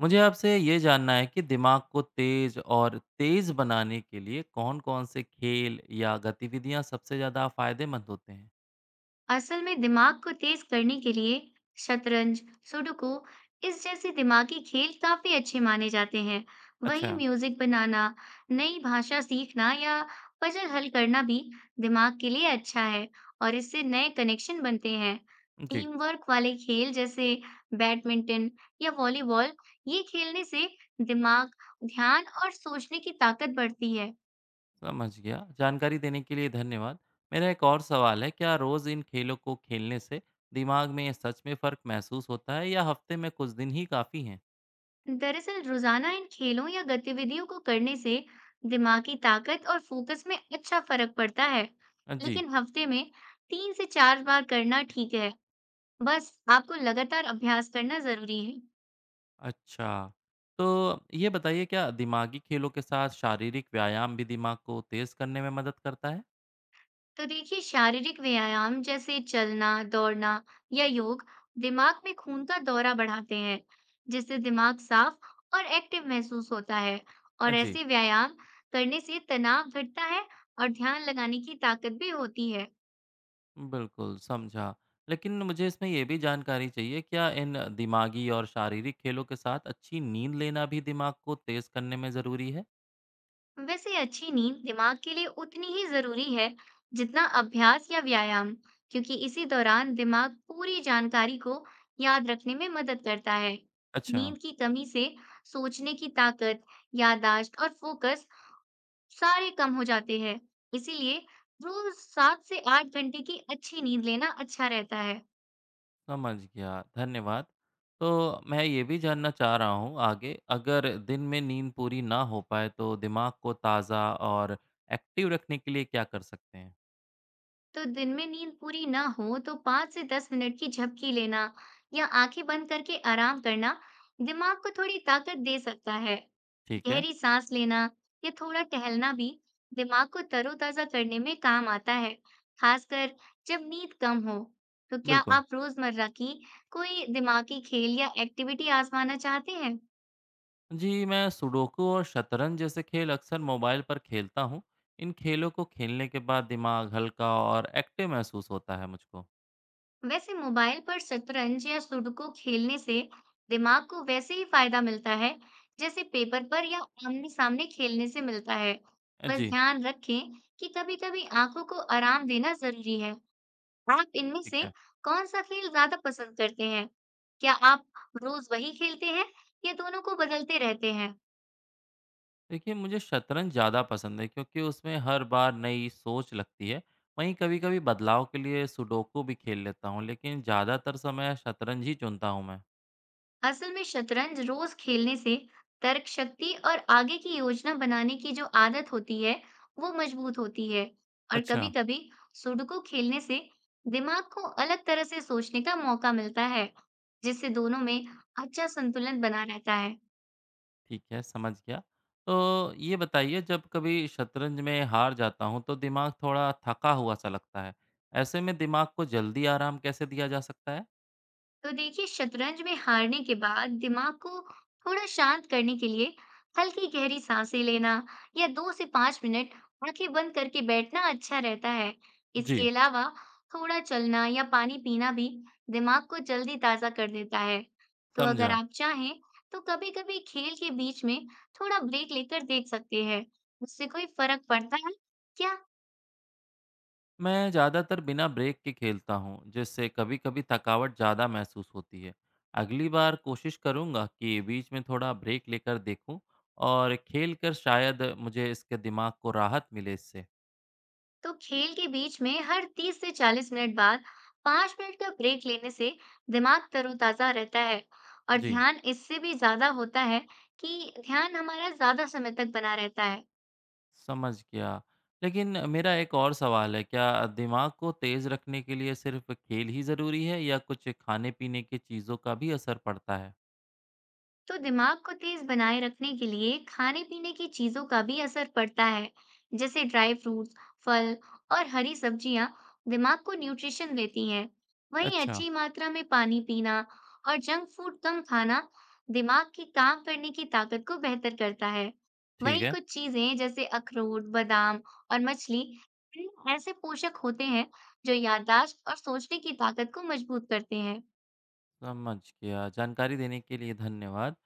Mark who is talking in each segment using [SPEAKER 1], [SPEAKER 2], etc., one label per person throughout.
[SPEAKER 1] मुझे आपसे ये जानना है कि दिमाग को तेज और तेज बनाने के लिए कौन-कौन से खेल या गतिविधियाँ सबसे ज़्यादा फ़ायदेमंद होते हैं?
[SPEAKER 2] असल में दिमाग को तेज करने के लिए शतरंज, सुडोकू इस जैसे दिमागी खेल काफी अच्छे माने जाते हैं। वहीं
[SPEAKER 1] अच्छा,
[SPEAKER 2] म्यूजिक बनाना, नई भाषा सीखना या पजल हल करना भी दिमाग के लिए अच्छा है और इससे नए कनेक्शन बनते हैं।
[SPEAKER 1] जी,
[SPEAKER 2] टीम वर्क वाले खेल जैसे बैडमिंटन या वॉलीबॉल ये खेलने से दिमाग, ध्यान और सोचने की ताकत बढ़ती है।
[SPEAKER 1] समझ गया। जानकारी देने के लिए धन्यवाद। मेरा एक और सवाल है, क्या रोज़ इन खेलों को खेलने से दिमाग में सच में फ़र्क महसूस होता है या हफ़्ते में कुछ दिन ही काफ़ी हैं?
[SPEAKER 2] दरअसल रोजाना इन खेलों या गतिविधियों को करने से दिमागी ताकत और फोकस में अच्छा फर्क पड़ता है,
[SPEAKER 1] जी,
[SPEAKER 2] लेकिन हफ्ते में 3 से 4 बार करना ठीक है। बस आपको लगातार अभ्यास करना जरूरी है।
[SPEAKER 1] अच्छा। तो ये बताइए क्या दिमागी खेलों के साथ शारीरिक व्यायाम भी दिमाग को तेज़ करने में मदद करता है?
[SPEAKER 2] तो देखिए, शारीरिक व्यायाम जैसे चलना, दौड़ना या योग दिमाग में खून का दौरा बढ़ाते हैं, जिससे दिमाग साफ और एक्टिव महसूस होता है। और
[SPEAKER 1] जी।
[SPEAKER 2] ऐसे व्यायाम करने से तनाव घटता है और ध्यान लगाने की ताकत भी होती है।
[SPEAKER 1] बिल्कुल, समझा। लेकिन मुझे इसमें ये भी जानकारी चाहिए, क्या इन दिमागी और शारीरिक खेलों के साथ अच्छी नींद लेना भी दिमाग को तेज़ करने में ज़रूरी है?
[SPEAKER 2] वैसे अच्छी नींद दिमाग के लिए उतनी ही जरूरी है जितना अभ्यास या व्यायाम, क्योंकि इसी दौरान दिमाग पूरी जानकारी को याद रखने में मदद करता है।
[SPEAKER 1] अच्छा।
[SPEAKER 2] नींद की कमी से सोचने की ताकत, याददाश्त और फोकस सारे कम हो जाते हैं। इसीलिए रोज 7 से 8 घंटे की अच्छी नींद लेना अच्छा रहता है।
[SPEAKER 1] समझ गया, धन्यवाद। तो मैं ये भी जानना चाह रहा हूँ आगे, अगर दिन में नींद पूरी ना हो पाए, तो दिमाग को ताज़ा और एक्टिव रखने के लिए क्या कर सकते हैं?
[SPEAKER 2] तो दिन में नींद पूरी ना हो तो 5 से 10 मिनट की झपकी लेना या आंखें बंद करके आराम करना दिमाग को थोड़ी ताकत दे सकता है।
[SPEAKER 1] ठीक है,
[SPEAKER 2] गहरी सांस लेना या थोड़ा टहलना भी दिमाग को तरोताजा करने में काम आता है, खासकर जब नींद कम हो। तो क्या
[SPEAKER 1] बिल्कुल।
[SPEAKER 2] आप रोजमर्रा की कोई दिमागी खेल या एक्टिविटी आजमाना चाहते हैं?
[SPEAKER 1] जी, मैं सुडोकू और शतरंज जैसे खेल अक्सर मोबाइल पर खेलता हूँ। इन खेलों को खेलने के बाद दिमाग हल्का और एक्टिव महसूस होता है मुझको।
[SPEAKER 2] वैसे मोबाइल पर शतरंज या सुडोकू खेलने से दिमाग को वैसे ही फायदा मिलता है, जैसे पेपर पर या आमने सामने खेलने से मिलता है। बस
[SPEAKER 1] जी।
[SPEAKER 2] ध्यान रखें कि कभी कभी आंखों को आराम देना जरूरी है। आप इनमें
[SPEAKER 1] ठीक
[SPEAKER 2] से
[SPEAKER 1] है।
[SPEAKER 2] कौन सा खेल ज्यादा पसंद करते हैं? क्या आप रोज वही खेलते हैं या दोनों को बदलते रहते हैं?
[SPEAKER 1] देखिए, मुझे शतरंज ज़्यादा पसंद है क्योंकि उसमें हर बार नई सोच लगती है। वहीं कभी कभी बदलाव के लिए सुडोकू भी खेल लेता हूँ, लेकिन ज़्यादातर समय शतरंज ही चुनता हूँ मैं।
[SPEAKER 2] असल में शतरंज रोज खेलने से तर्क शक्ति और आगे की योजना बनाने की जो आदत होती है, वो मजबूत होती है। और
[SPEAKER 1] अच्छा।
[SPEAKER 2] कभी-कभी सुडोकू खेलने से दिमाग को अलग तरह से सोचने का मौका मिलता है, जिससे दोनों में अच्छा संतुलन बना रहता है।
[SPEAKER 1] ठीक है, समझ गया। तो ये बताइए, जब कभी शतरंज में हार जाता हूँ तो दिमाग थोड़ा थका हुआ-सा लगता है। ऐसे में दिमाग को जल्दी आराम कैसे दिया जा सकता है?
[SPEAKER 2] तो देखिए, शतरंज में हारने के बाद दिमाग को थोड़ा शांत करने के लिए हल्की गहरी सांसें लेना या 2 से 5 मिनट आंखें बंद करके बैठना अच्छा रहता है।
[SPEAKER 1] जी।
[SPEAKER 2] इसके अलावा थोड़ा चलना या पानी पीना भी दिमाग को जल्दी ताजा कर देता है। तो अगर
[SPEAKER 1] समझा।
[SPEAKER 2] आप चाहें तो कभी कभी खेल के बीच में थोड़ा ब्रेक लेकर देख सकते हैं। उससे कोई फर्क पड़ता है क्या?
[SPEAKER 1] मैं ज़्यादातर बिना ब्रेक के खेलता हूँ, जिससे कभी-कभी थकावट ज़्यादा महसूस होती है। अगली बार कोशिश करूँगा कि बीच में थोड़ा ब्रेक लेकर देखूँ और खेल कर, शायद मुझे इसके दिमाग को राहत मिले इससे।
[SPEAKER 2] तो खेल के बीच में हर 30 से 40 मिनट बाद 5 मिनट का ब्रेक लेने से दिमाग तरोताजा रहता है और
[SPEAKER 1] जी।
[SPEAKER 2] ध्यान इससे भी ज्यादा होता है, कि ध्यान हमारा ज्यादा समय तक बना रहता है।
[SPEAKER 1] समझ गया। लेकिन मेरा एक और सवाल है, क्या दिमाग को तेज़ रखने के लिए सिर्फ़ खेल ही ज़रूरी है या कुछ खाने-पीने की चीज़ों का भी असर पड़ता है?
[SPEAKER 2] तो दिमाग को तेज बनाए रखने के लिए खाने पीने की चीजों का भी असर पड़ता है, जैसे ड्राई फ्रूट्स, फल और हरी सब्जियां दिमाग को न्यूट्रिशन देती हैं। वहीं
[SPEAKER 1] अच्छा,
[SPEAKER 2] अच्छी मात्रा में पानी पीना और जंक फूड कम खाना दिमाग की काम करने की ताकत को बेहतर करता है।
[SPEAKER 1] ठीक
[SPEAKER 2] वहीं
[SPEAKER 1] है,
[SPEAKER 2] कुछ चीजें जैसे अखरोट, बादाम और मछली, इनमें ऐसे पोषक होते हैं जो याददाश्त और सोचने की ताकत को मजबूत करते हैं।
[SPEAKER 1] समझ गया। जानकारी देने के लिए धन्यवाद।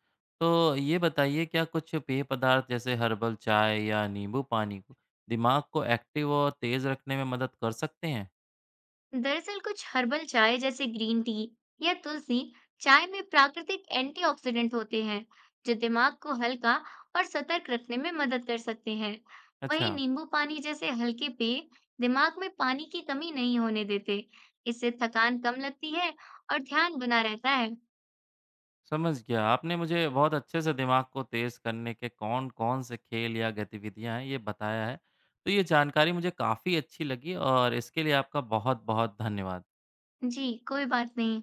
[SPEAKER 1] तो ये बताइए, क्या कुछ पेय पदार्थ जैसे हर्बल चाय या नींबू पानी को दिमाग को एक्टिव और तेज़ रखने में मदद कर सकते हैं?
[SPEAKER 2] दरअसल कुछ हर्बल चाय जैसे ग्रीन टी या तुलसी चाय में प्राकृतिक एंटीऑक्सीडेंट होते हैं, जो दिमाग को हल्का और सतर्क रखने में मदद कर सकते हैं। वहीं
[SPEAKER 1] अच्छा।
[SPEAKER 2] नींबू पानी जैसे हल्के पेय दिमाग में पानी की कमी नहीं होने देते, इससे थकान कम लगती है और ध्यान बना रहता है।
[SPEAKER 1] समझ गया। आपने मुझे बहुत अच्छे से दिमाग को तेज़ करने के कौन-कौन से खेल या गतिविधियाँ हैं, ये बताया है। तो ये जानकारी मुझे काफ़ी अच्छी लगी और इसके लिए आपका बहुत-बहुत धन्यवाद।
[SPEAKER 2] जी, कोई बात नहीं।